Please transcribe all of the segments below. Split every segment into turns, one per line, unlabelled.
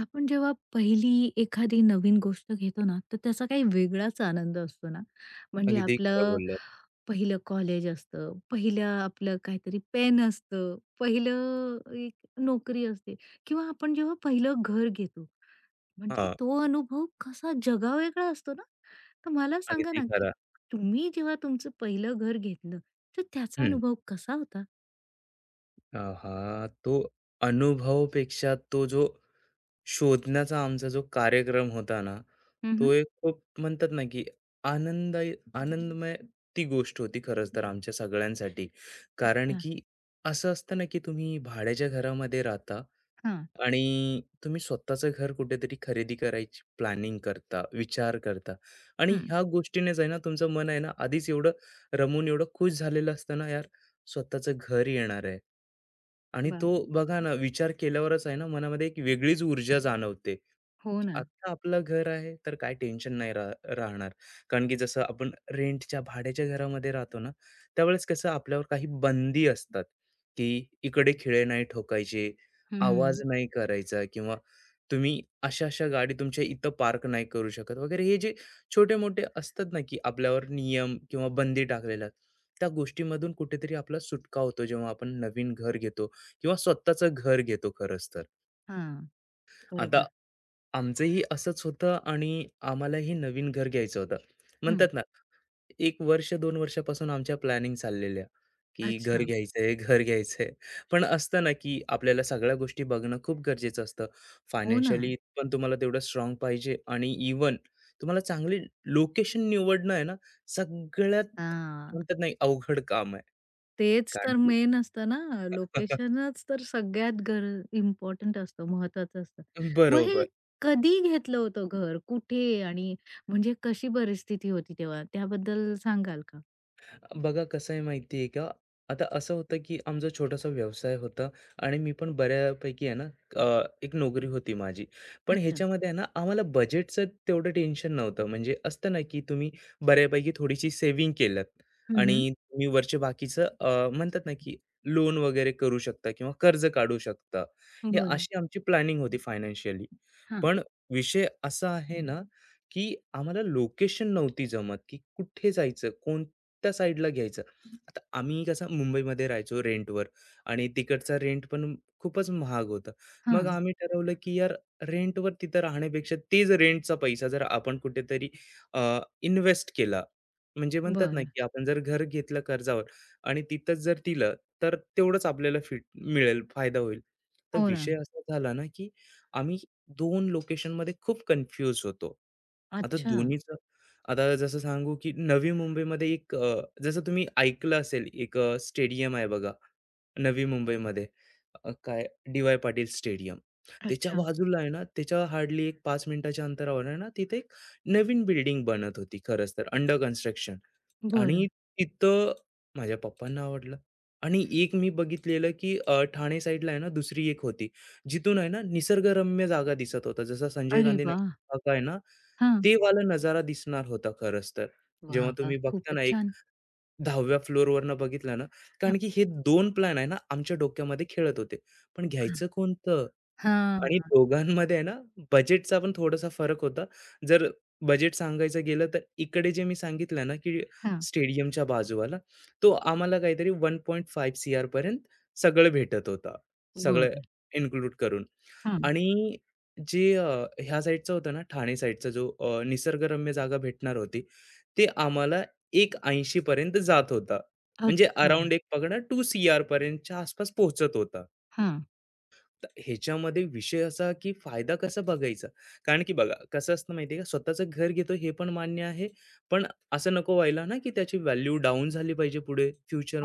आपण जेव्हा पहिली एखादी नवीन गोष्ट घेतो ना, तर त्याचा काही वेगळाच आनंद असतो ना. म्हणजे
अगदी खरं
आपलं
बोललात.
पहिलं कॉलेज असतं, पहिलं आपलं काहीतरी पेन असतं, पहिलं एक नोकरी असते किंवा आपण जेव्हा पहिलं घर घेतो, म्हणजे
हां,
तो अनुभव कसा जगावेगळा असतो ना. तर मला सांगा
अगदी
ना, की
खरं.
तुम्ही जेव्हा तुमचं पहिलं घर घेतलं, तर त्याचा
हं.
अनुभव कसा होता?
अ, तो अनुभवापेक्षा तो जो शोधण्याचा आमचा जो कार्यक्रम होता ना,
हं,
तो एक खूप म्हणतात ना, की आनंदायी आनंदमय ती गोष्ट होती खरंच तर आमच्या सगळ्यांसाठी. कारण
अच्छा.
की असं असतं ना, की तुम्ही भाड्याच्या घरामध्ये राहता
हां.
आणि तुम्ही स्वतःचं घर कुठेतरी खरेदी करायची प्लॅनिंग करता, विचार करता आणि
हं.
ह्या गोष्टीनेच आहे ना, तुमचं मन आहे ना, आधीच एवढं रमून एवढं खुश झालेलं असतं ना यार. स्वतःचं घर येणार आहे. आणि
वाह!
तो बघा ना, विचार केल्यावरच आहे ना, मनामध्ये एक वेगळीच ऊर्जा जाणवते,
हो
की
ना.
आत्ता आपलं घर आहे, तर काय टेन्शन नाही राहणार. कारण की जसं आपण रेंटच्या, भाड्याच्या घरामध्ये राहतो ना, त्यावेळेस कसं आपल्यावर काही बंदी असतात, की इकडे खिळे नाही ठोकायचे, आवाज
हं.
नाही करायचा किंवा तुम्ही अशा-अशा गाडी तुमच्या इथं पार्क नाही करू शकत वगैरे. हे जे छोटे-मोठे असतात ना, की आपल्यावर नियम किंवा बंदी टाकलेल्या त्या गोष्टीमधून कुठेतरी आपला सुटका होतो जेव्हा आपण नवीन घर घेतो किंवा स्वतःचं घर घेतो खरंच तर.
हां.
आता
बरोबर.
आमचंही असंच होतं आणि आम्हालाही नवीन घर घ्यायचं होतं.
हं.
म्हणतात ना 1 वर्ष दोन वर्षापासून आमच्या प्लॅनिंग चाललेल्या, की घर
अच्छा.
घ्यायचंय, घर घ्यायचंय. पण असतं ना, की आपल्याला सगळ्या गोष्टी बघणं खूप गरजेचं असतं.
हो ना.
फायनान्शियली पण तुम्हाला तेवढं स्ट्राँग पाहिजे आणि इव्हन तुम्हाला चांगली लोकेशन निवडणं आहे ना, सगळ्यात
हां.
म्हणतात नाही अवघड काम आहे.
तेच
कारण
तर
की
मेन असतं ना, लोकेशनच तर सगळ्यात इम्पोर्टंट असतं, महत्वाचं असतं. मग हे
बरोबर.
कधी घेतलं होतं घर? कुठे? आणि म्हणजे कशी परिस्थिती होती तेव्हा? त्याबद्दल सांगाल का?
बघा कसं आहे माहिती आहे का, आता असं होतं की आमचा छोटासा व्यवसाय होता आणि मी पण बऱ्यापैकी आहे ना, एक नोकरी होती माझी पण
अच्छा.
ह्याच्यामध्ये आहे ना आम्हाला बजेटचं तेवढं टेन्शन नव्हतं म्हणजे असतं ना की तुम्ही बऱ्यापैकी थोडीशी सेव्हिंग केलं
हं, हं.
आणि तुम्ही वरचे बाकीचं म्हणतात ना की लोन वगैरे करू शकता किंवा कर्ज काढू शकता. हे
बरं.
अशी आमची प्लॅनिंग होती फायनान्शियली.
हां,
पण विषय असा आहे ना की आम्हाला लोकेशन नव्हती जमत की कुठे जायचं, कोण त्या साईडला घ्यायचं. आता आम्ही कसं मुंबईमध्ये राहायचो रेंटवर आणि तिकडचा रेंट पण खूपच महाग होतं. मग
हां.
आम्ही ठरवलं, की यार रेंटवर तिथं राहण्यापेक्षा तेच रेंटचा पैसा जर आपण कुठेतरी अ, इन्व्हेस्ट केला, म्हणजे म्हणतात ना,
बरं.
की आपण जर घर घेतलं कर्जावर आणि तिथंच जर दिलं, तर तेवढंच आपल्याला फिट मिळेल, फायदा होईल. तर
हो ना.
विषय असा झाला ना, की आम्ही 2 लोकेशनमध्ये खूप कन्फ्यूज होतो. आता
अच्छा,
दोन्हीच आता जसं सांगू, की नवी मुंबईमध्ये एक जसं तुम्ही ऐकलं असेल एक स्टेडियम आहे बघा नवी मुंबईमध्ये. काय डी.वाय. पाटील स्टेडियम. त्याच्या
अच्छा.
बाजूला आहे ना, त्याच्या हार्डली एक 5 मिनिटाच्या अंतरावर आहे ना, तिथे एक नवीन बिल्डिंग बनत होती खरंच तर अंडर कन्स्ट्रक्शन.
बरं.
आणि तिथं माझ्या पप्पांना आवडलं आणि एक मी बघितलेलं, की ठाणे साइडला आहे ना, दुसरी एक होती. जिथून आहे ना, निसर्गरम्य जागा दिसत होता. जसा संजय
अरे
गांधी
वाह!
नॅशनल पार्क आहे ना,
हां.
ते वाला नजारा दिसणार होता खरंच तर. जेव्हा
वाह, वाह!
तुम्ही बघता
खूपच
ना एक
छान.
10व्या फ्लोअरवरनं बघितलं ना,
हां,
कारण की हे दोन प्लॅन आहे ना आमच्या डोक्यामध्ये खेळत होते. पण घ्यायचं कोणतं?
हां,
आणि दोघांमध्ये आहे ना, बजेटचा पण थोडासा फरक होता. जर बजेट सांगायचं गेलं, तर इकडे जे मी सांगितलं ना, की
हां.
स्टेडियमच्या बाजूवाला, तो आम्हाला काहीतरी 1.5 सीआर पर्यंत सगळं भेटत होता. सगळं
बरं.
इन्क्लूड करून.
हां.
आणि जे ह्या साईडचा होता ना, ठाणे साईडचा जो निसर्गरम्य जागा भेटणार होती, ते आम्हाला 180 पर्यंत जात होता. म्हणजे
अच्छा.
अराउंड एक पकडा 2 सीआर पर्यंतच्या आसपास पोहोचत होता.
हां.
तर ह्याच्यामध्ये विषय असा की फायदा कसा बघायचा? कारण की बघा कसं असतं माहिती आहे का, स्वतःचं घर घेतो हे पण मान्य आहे. पण असं नको व्हायला ना, की त्याची व्हॅल्यू डाउन झाली पाहिजे पुढे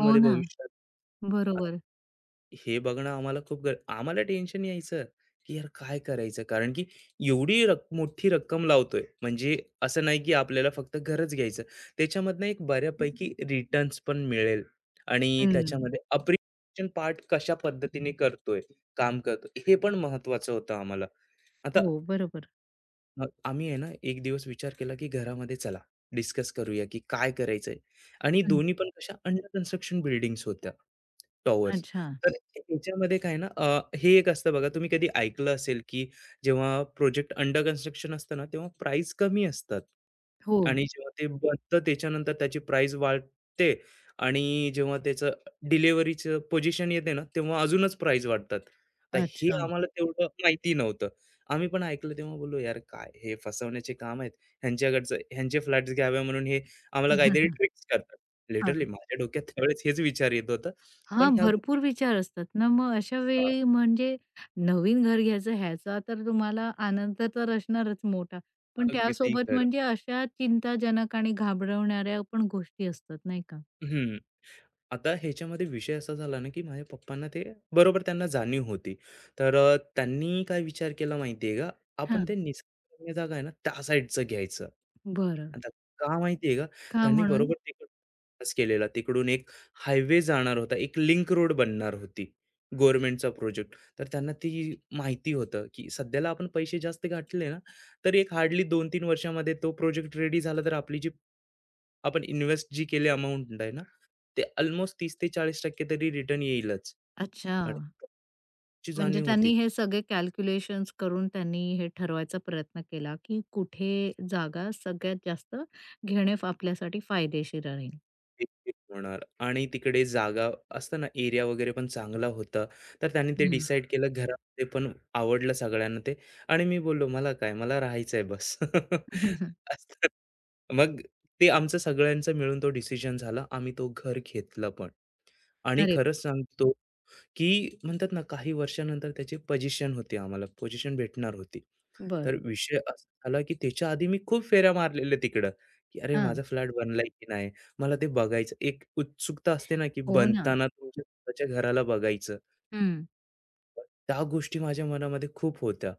हो ना.
भविष्यात.
बरोबर.
हे बघणं आम्हाला खूप आम्हाला टेन्शन यायचं, की यार काय करायचं? कारण की एवढी मोठी रक्कम लावतोय, म्हणजे असं नाही की आपल्याला फक्त घरच घ्यायचं. त्याच्यामधनं एक बऱ्यापैकी रिटर्न्स पण मिळेल आणि
हं.
त्याच्यामध्ये अप्रिशिएशन पार्ट कशा पद्धतीने करतोय, काम करतोय, हे पण महत्त्वाचं होतं आम्हाला. आता
हो, बरोबर.
आम्ही आहे ना, एक दिवस विचार केला, की घरामध्ये चला डिस्कस करूया, की काय करायचंय आणि
हं.
दोन्ही पण कशा अंडर कन्स्ट्रक्शन बिल्डिंग्स होत्या, टॉवर्स.
अच्छा.
तर त्याच्यामध्ये काय आहे ना, हे एक असतं बघा, तुम्ही कधी ऐकलं असेल, की जेव्हा प्रोजेक्ट अंडर कन्स्ट्रक्शन असतं ना, तेव्हा प्राईज कमी असतात
हो.
आणि जेव्हा ते बनतं त्याच्यानंतर त्याची प्राईज वाढते आणि जेव्हा त्याचं डिलिव्हरीचं पोझिशन येते ना, तेव्हा अजूनच प्राईज वाढतात. तर हे
अच्छा.
आम्हाला तेवढं माहिती नव्हतं. आम्ही पण ऐकलं तेव्हा बोललो, "यार काय हे फसवण्याचे काम आहेत. ह्यांच्याकडचं ह्यांचे फ्लॅट्स घ्यावे म्हणून हे आम्हाला काहीतरी ट्रिक्स करतात." लिटरली
हां.
माझ्या डोक्यात त्यावेळेस हेच विचार येत होतं. पण
हां,
ह्या गोष्टी
भरपूर विचार असतात ना, मग अशा
हां,
वेळी म्हणजे नवीन घर घ्यायचं ह्याचा तर तुम्हाला आनंद तर असणारच मोठा. पण
अगदी
त्यासोबत
खरं.
म्हणजे अशा चिंताजनक आणि घाबरवणाऱ्या पण गोष्टी असतात, नाही का?
हं. आता ह्याच्यामध्ये विषय असा झाला ना, की माझ्या पप्पांना ते बरोबर त्यांना जाणीव होती. तर त्यांनी काय विचार केला माहिती आहे का? आपण
हां.
ते निसर्गरम्य जागा आहे ना, त्या साइडचं घ्यायचं.
बरं.
आता का माहिती आहे का?
का
त्यांनी
म्हणून?
बरोबर तिकडून प्रयास केलेला. तिकडून एक हायवे जाणार होता, एक लिंक रोड बनणार होती. गव्हर्नमेंटचा प्रोजेक्ट. तर त्यांना ती माहिती होतं, की सध्याला आपण पैसे जास्त घातले ना, तर एक हार्डली 2-3 वर्षामध्ये तो प्रोजेक्ट रेडी झाला, तर आपली जी आपण इन्व्हेस्ट जी केली अमाउंट आहे ना, ते अल्मोस्ट 30 ते 40% तरी रिटर्न येईलच.
अच्छा.
आणि ची
म्हणजे
जाणीव होती.
त्यांनी हे सगळे कॅल्क्युलेशन्स करून त्यांनी हे ठरवायचा प्रयत्न केला, की कुठे जागा सगळ्यात जास्त घेणे आपल्यासाठी फायदेशीर राहील.
एक-एक होणार आणि तिकडे जागा असतं ना, एरिया वगैरे पण चांगला होता. तर त्यांनी ते
हं.
डिसाईड केलं. घरामध्ये पण आवडलं सगळ्यांना ते आणि मी बोललो, "मला काय, मला राहायचंय बस." असं. मग ते आमचं सगळ्यांचं मिळून तो डिसिजन झाला. आम्ही तो घर घेतला पण आणि
अरे,
खरंच सांगतो, की म्हणतात ना, काही वर्षानंतर त्याची पोझिशन होती आम्हाला, पोझिशन भेटणार होती. तर
बर,
विषय असा झाला, की त्याच्या आधी मी खूप फेऱ्या मारलेल्या तिकडं, की अरे
हां.
माझा फ्लॅट बनलाय की नाही? मला ते बघायचं. एक उत्सुकता असते ना, की
हो ना.
बनताना तुमच्या स्वतःच्या घराला बघायचं.
हं,
त्या गोष्टी माझ्या मनामध्ये खूप होत्या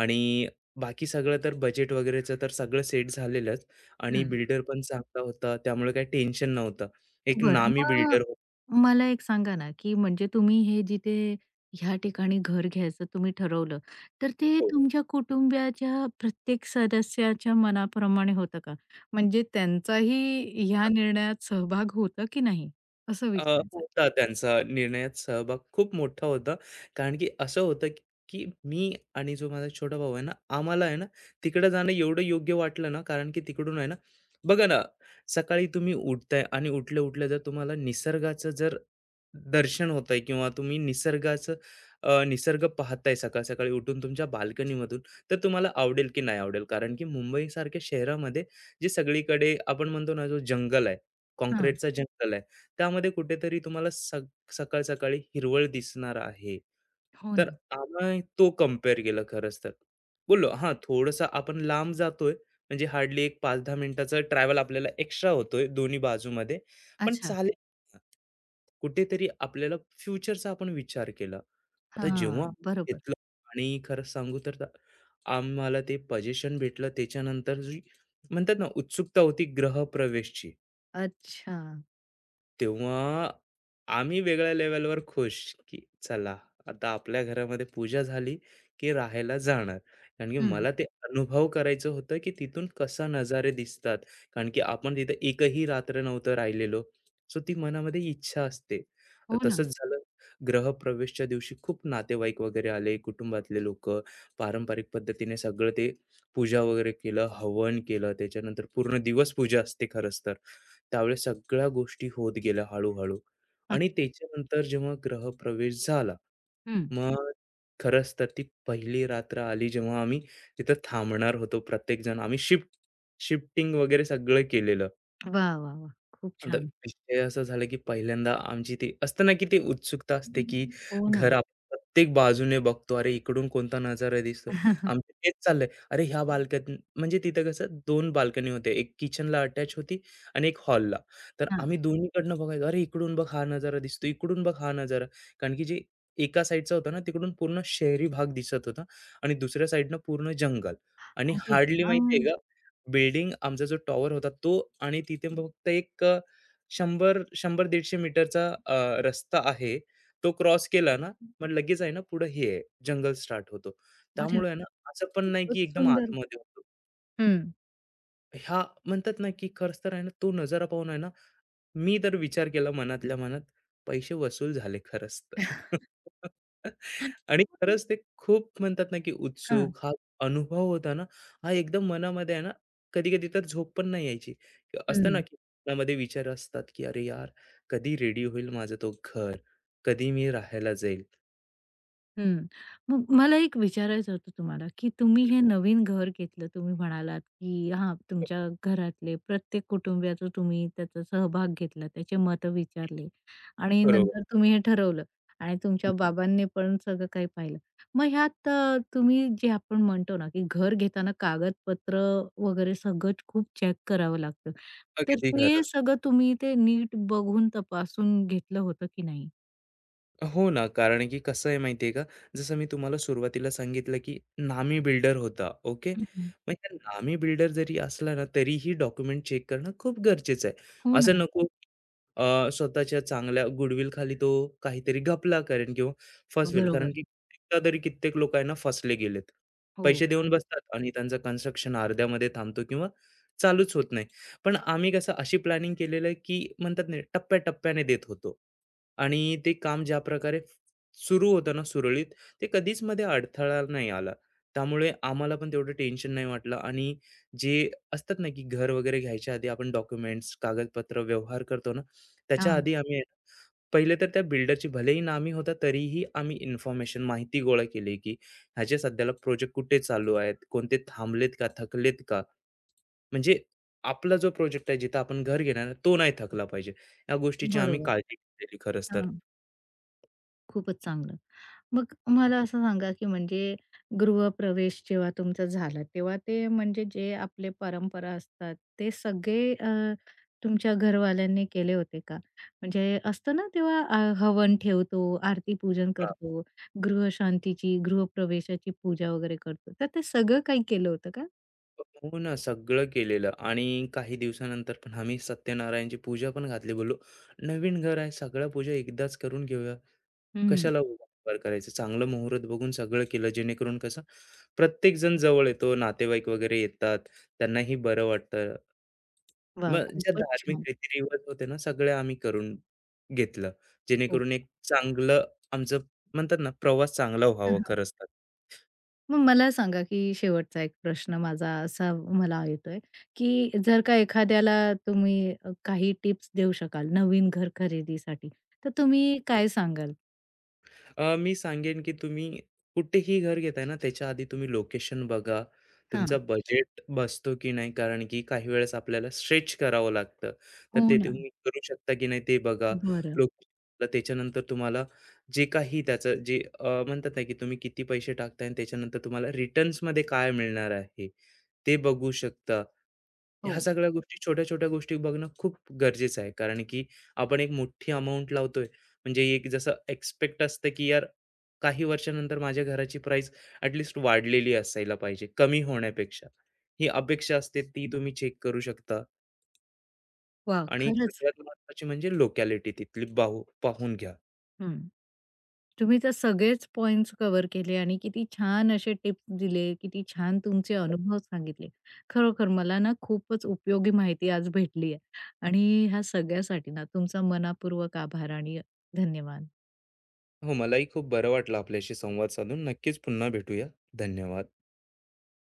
आणि बाकी सगळं तर बजेट वगैरेचं तर सगळं सेट झालेलंच आणि
हं.
बिल्डर पण चांगला होता. त्यामुळे काही टेन्शन नव्हतं. एक
बरं,
नामी
मग
बिल्डर हो.
मला एक सांगा ना, की म्हणजे तुम्ही हे जिथे ह्या ठिकाणी घर घ्यायचं तुम्ही ठरवलं, तर ते
हो.
तुमच्या कुटुंबियाच्या प्रत्येक सदस्याच्या मनाप्रमाणे होतं का? म्हणजे त्यांचाही ह्या निर्णयात सहभाग होता की नाही? असं
अ,
विचारायचं आहे.
होता त्यांचा निर्णयात सहभाग खूप मोठा होता. कारण की असं होतं, की की मी आणि जो माझा छोटा भाऊ आहे ना, आम्हाला आहे ना, तिकडं जाणं एवढं योग्य वाटलं ना, कारण की तिकडून आहे ना, बघा ना, सकाळी तुम्ही उठताय आणि उठल्या-उठल्या जर तुम्हाला निसर्गाचं जर दर्शन होतंय किंवा तुम्ही निसर्गाचं निसर्ग पाहताय सकाळ-सकाळी उठून तुमच्या बाल्कनीमधून, तर तुम्हाला आवडेल की नाही आवडेल? कारण की मुंबईसारख्या शहरामध्ये जे सगळीकडे आपण म्हणतो ना, जो जंगल आहे,
हां.
काँक्रीटचं जंगल आहे. त्यामध्ये कुठेतरी तुम्हाला सकाळ सकाळी हिरवळ दिसणार आहे.
हो ना.
तर आम्ही तो कंपेअर केला खरंच तर. बोललो, "हां, थोडंसं आपण लांब जातोय, म्हणजे हार्डली एक 5-10 मिनिटाचा ट्रॅव्हल आपल्याला एक्स्ट्रा होतोय दोन्ही बाजूमध्ये, पण
अच्छा.
चालेल." कुठेतरी आपल्याला फ्युचरचा आपण विचार केला. आता जेव्हा
हां. बरोबर.
घेतलं आणि खरं सांगू तर आम्हाला ते पोझिशन भेटलं त्याच्यानंतर जी म्हणतात ना उत्सुकता होती ग्रहप्रवेशची.
अच्छा.
तेव्हा आम्ही वेगळ्या लेव्हलवर खुश, की चला आता आपल्या घरामध्ये पूजा झाली, की राहायला जाणार. कारण की
हं.
मला ते अनुभव करायचं होतं, की तिथून कसा नजारे दिसतात. कारण की आपण तिथे एकही रात्र नव्हतं राहिलेलो. सो ती मनामध्ये इच्छा असते.
हो ना.
तसंच झालं गृहप्रवेशच्या दिवशी खूप नातेवाईक वगैरे आले, कुटुंबातले लोकं. पारंपरिक पद्धतीने सगळं ते पूजा वगैरे केलं, हवन केलं. त्याच्यानंतर पूर्ण दिवस पूजा असते खरंच तर. त्यावेळेस सगळ्या गोष्टी होत गेल्या हळू-हळू आणि
अच्छा.
त्याच्यानंतर जेव्हा ग्रहप्रवेश झाला,
हं.
मग खरंच तर ती पहिली रात्र आली जेव्हा आम्ही तिथं थांबणार होतो प्रत्येकजण. आम्ही शिफ्टिंग वगैरे सगळं केलेलं.
वाह! वाह! वाह! खूप
आता
छान.
विषय असा झाला, की पहिल्यांदा आमची ती असतं ना, की ती उत्सुकता असते, की
हो ना.
घर आपण प्रत्येक बाजूने बघतो. अरे, इकडून कोणता नजारा दिसतोय. आमचं तेच चाललंय. अरे, ह्या बाल्कनी म्हणजे तिथं कसं 2 बाल्कनी होत्या. एक किचनला अटॅच होती आणि एक हॉलला. तर
हां.
आम्ही दोन्हीकडनं बघायचो. अरे, इकडून बघ हा नजारा दिसतो, इकडून बघ हा नजारा. कारण की जे एका साईडचा होता ना, तिकडून पूर्ण शहरी भाग दिसत होता आणि दुसऱ्या साईडनं पूर्ण जंगल आणि
अरे
हार्डली माहिती
वाह!
का, बिल्डिंग आमचा जो टॉवर होता तो आणि तिथे फक्त एक 100-150 मीटरचा रस्ता आहे. तो क्रॉस केला ना, मग लगेच आहे ना पुढं हे आहे, जंगल स्टार्ट होतो.
अरे
त्यामुळे आहे
वाह!
ना असं पण नाही
खूपच
की एकदम
सुंदर.
आतमध्ये होतो.
हं.
ह्या म्हणतात ना की खरंच तर आहे ना तो नजारा पाहून आहे ना मी तर विचार केला मनातल्या मनात, पैसे वसूल झाले खरंच तर. आणि खरंच ते खूप म्हणतात ना, की
हां.
उत्सुक हा अनुभव होता ना, हा एकदम मनामध्ये आहे ना, कधी-कधी तर झोप पण नाही यायची. कि असतं ना,
हं,
की मनामध्ये विचार असतात, की "अरे यार, कधी रेडी होईल माझं तो घर? कधी मी राहायला जाईल?"
हं. मग मला एक विचारायचं होतं तुम्हाला, की तुम्ही हे नवीन घर घेतलं, तुम्ही म्हणालात, की हां,
हम्म.
तुमच्या घरातले प्रत्येक कुटुंबियाचा तुम्ही त्याचा सहभाग घेतला, त्याचे मतं विचारले आणि
बरोबर.
नंतर तुम्ही हे ठरवलं आणि तुमच्या बाबांनी पण सगळं काही पाहिलं. मग ह्यात तुम्ही जे आपण म्हणतो ना, की घर घेताना कागदपत्र वगैरे सगळं खूप चेक करावं लागतं. तर
अगदी
ते
खरं.
सगळं तुम्ही ते नीट बघून तपासून घेतलं होतं की नाही?
हो ना, कारण की कसं आहे माहिती आहे का, जसं मी तुम्हाला सुरुवातीला सांगितलं, की नामी बिल्डर होता. ओके.
हं, हं.
मग त्या नामी बिल्डर जरी असला ना, तरीही डॉक्युमेंट चेक करणं खूप गरजेचं आहे.
हो ना.
असं नको स्वतःच्या चांगल्या गुडविल खाली तो काहीतरी घपला करेन किंवा फसवेल. कारण
बरोबर.
की कित्येकदा तरी कित्येक लोकं आहे ना फसले गेलेत.
हो.
पैसे देऊन
खरं.
बसतात आणि त्यांचं कन्स्ट्रक्शन अर्ध्यामध्ये थांबतो किंवा चालूच होत नाही. पण आम्ही कसं अशी प्लॅनिंग केलेलं आहे, की म्हणतात ना टप्प्या देत होतो. आणि ते काम ज्या प्रकारे सुरू होतं ना सुरळीत, ते कधीच मध्ये अडथळा नाही आला. त्यामुळे आम्हाला पण तेवढं टेन्शन नाही वाटलं आणि जे असतात ना, की घर वगैरे घ्यायच्या आधी आपण डॉक्युमेंट्स, कागदपत्र, व्यवहार करतो ना, त्याच्या
हां.
आधी आम्ही आहे ना, पहिले तर त्या बिल्डरची भलेही नामी होता, तरीही आम्ही इन्फॉर्मेशन, माहिती गोळा केली, की ह्याचे सध्याला प्रोजेक्ट कुठे चालू आहेत? कोणते थांबलेत का? थकलेत का? म्हणजे आपला जो प्रोजेक्ट आहे, जिथं आपण घर घेणार आहे, तो नाही थकला पाहिजे. या गोष्टीची आम्ही
बरोबर.
काळजी केली खरंच तर.
हां. खूपच चांगलं. मग मला असं सांगा, की म्हणजे गृहप्रवेश जेव्हा तुमचा झाला, तेव्हा ते म्हणजे जे आपले परंपरा असतात, ते सगळे तुमच्या घरवाल्यांनी केले होते का? म्हणजे असतं ना तेव्हा हवन ठेवतो, आरती पूजन
हां.
करतो, गृहशांतीची, गृहप्रवेशाची पूजा वगैरे करतो. तर ते सगळं काही केलं होतं का?
हो ना, सगळं केलेलं आणि काही दिवसानंतर पण आम्ही सत्यनारायणची पूजा पण घातली. बोललो, "नवीन घर आहे, सगळ्या पूजा एकदाच करून घेऊया.
हं.
कशाला वारंवार करायचं?" चांगलं मुहूर्त बघून सगळं केलं, जेणेकरून कसं प्रत्येक जण जवळ येतो, नातेवाईक वगैरे येतात, त्यांनाही बरं वाटतं.
वाह!
मग ज्या
खूपच
धार्मिक
छान.
रीतिरिवाज होते ना, सगळ्या आम्ही करून घेतलं,
खूप
जेणेकरून एक चांगलं आमचं म्हणतात ना, प्रवास चांगला व्हावा
छान.
खरंच तर.
मग मला सांगा, की शेवटचा एक प्रश्न माझा असा मला येतोय, की जर का एखाद्याला तुम्ही काही टिप्स देऊ शकाल नवीन घर खरेदीसाठी, तर तुम्ही काय सांगाल?
मी सांगेन की तुम्ही कुठेही घर घेताय ना, त्याच्या आधी तुम्ही लोकेशन बघा. तुमचा
हां.
बजेट बसतो की नाही? कारण की काही वेळेस आपल्याला स्ट्रेच करावं लागतं. तर
हो
ते
ना.
तुम्ही करू शकता की नाही ते बघा.
बरं.
लोकेशनला त्याच्यानंतर तुम्हाला जे काही त्याचं जे म्हणतात ना, की तुम्ही किती पैसे टाकताय आणि त्याच्यानंतर तुम्हाला रिटर्न्समध्ये काय मिळणार आहे, ते बघू शकता. ह्या
हो.
सगळ्या गोष्टी छोट्या-छोट्या गोष्टी बघणं खूप गरजेचं आहे. कारण की आपण एक मोठी अमाउंट लावतोय. म्हणजे एक जसं एक्सपेक्ट असतं की यार काही वर्षानंतर माझ्या घराची प्राईस ॲटलीस्ट वाढलेली असायला पाहिजे, कमी होण्यापेक्षा. ही अपेक्षा असते ती तुम्ही चेक करू शकता
वाह!
आणि
खरंच.
सगळ्यात महत्त्वाची म्हणजे लोकॅलिटी तिथली पाहून घ्या.
हं. तुम्ही तर सगळेच पॉइंट्स कव्हर केले आणि किती छान असे टिप्स दिले, किती छान तुमचे अनुभव सांगितले. खरोखर मला ना खूपच उपयोगी माहिती आज भेटली आहे आणि ह्या सगळ्यासाठी ना तुमचा मनःपूर्वक आभार आणि धन्यवाद.
हो, मलाही खूप बरं वाटलं आपल्याशी संवाद साधून. नक्कीच पुन्हा भेटूया. धन्यवाद.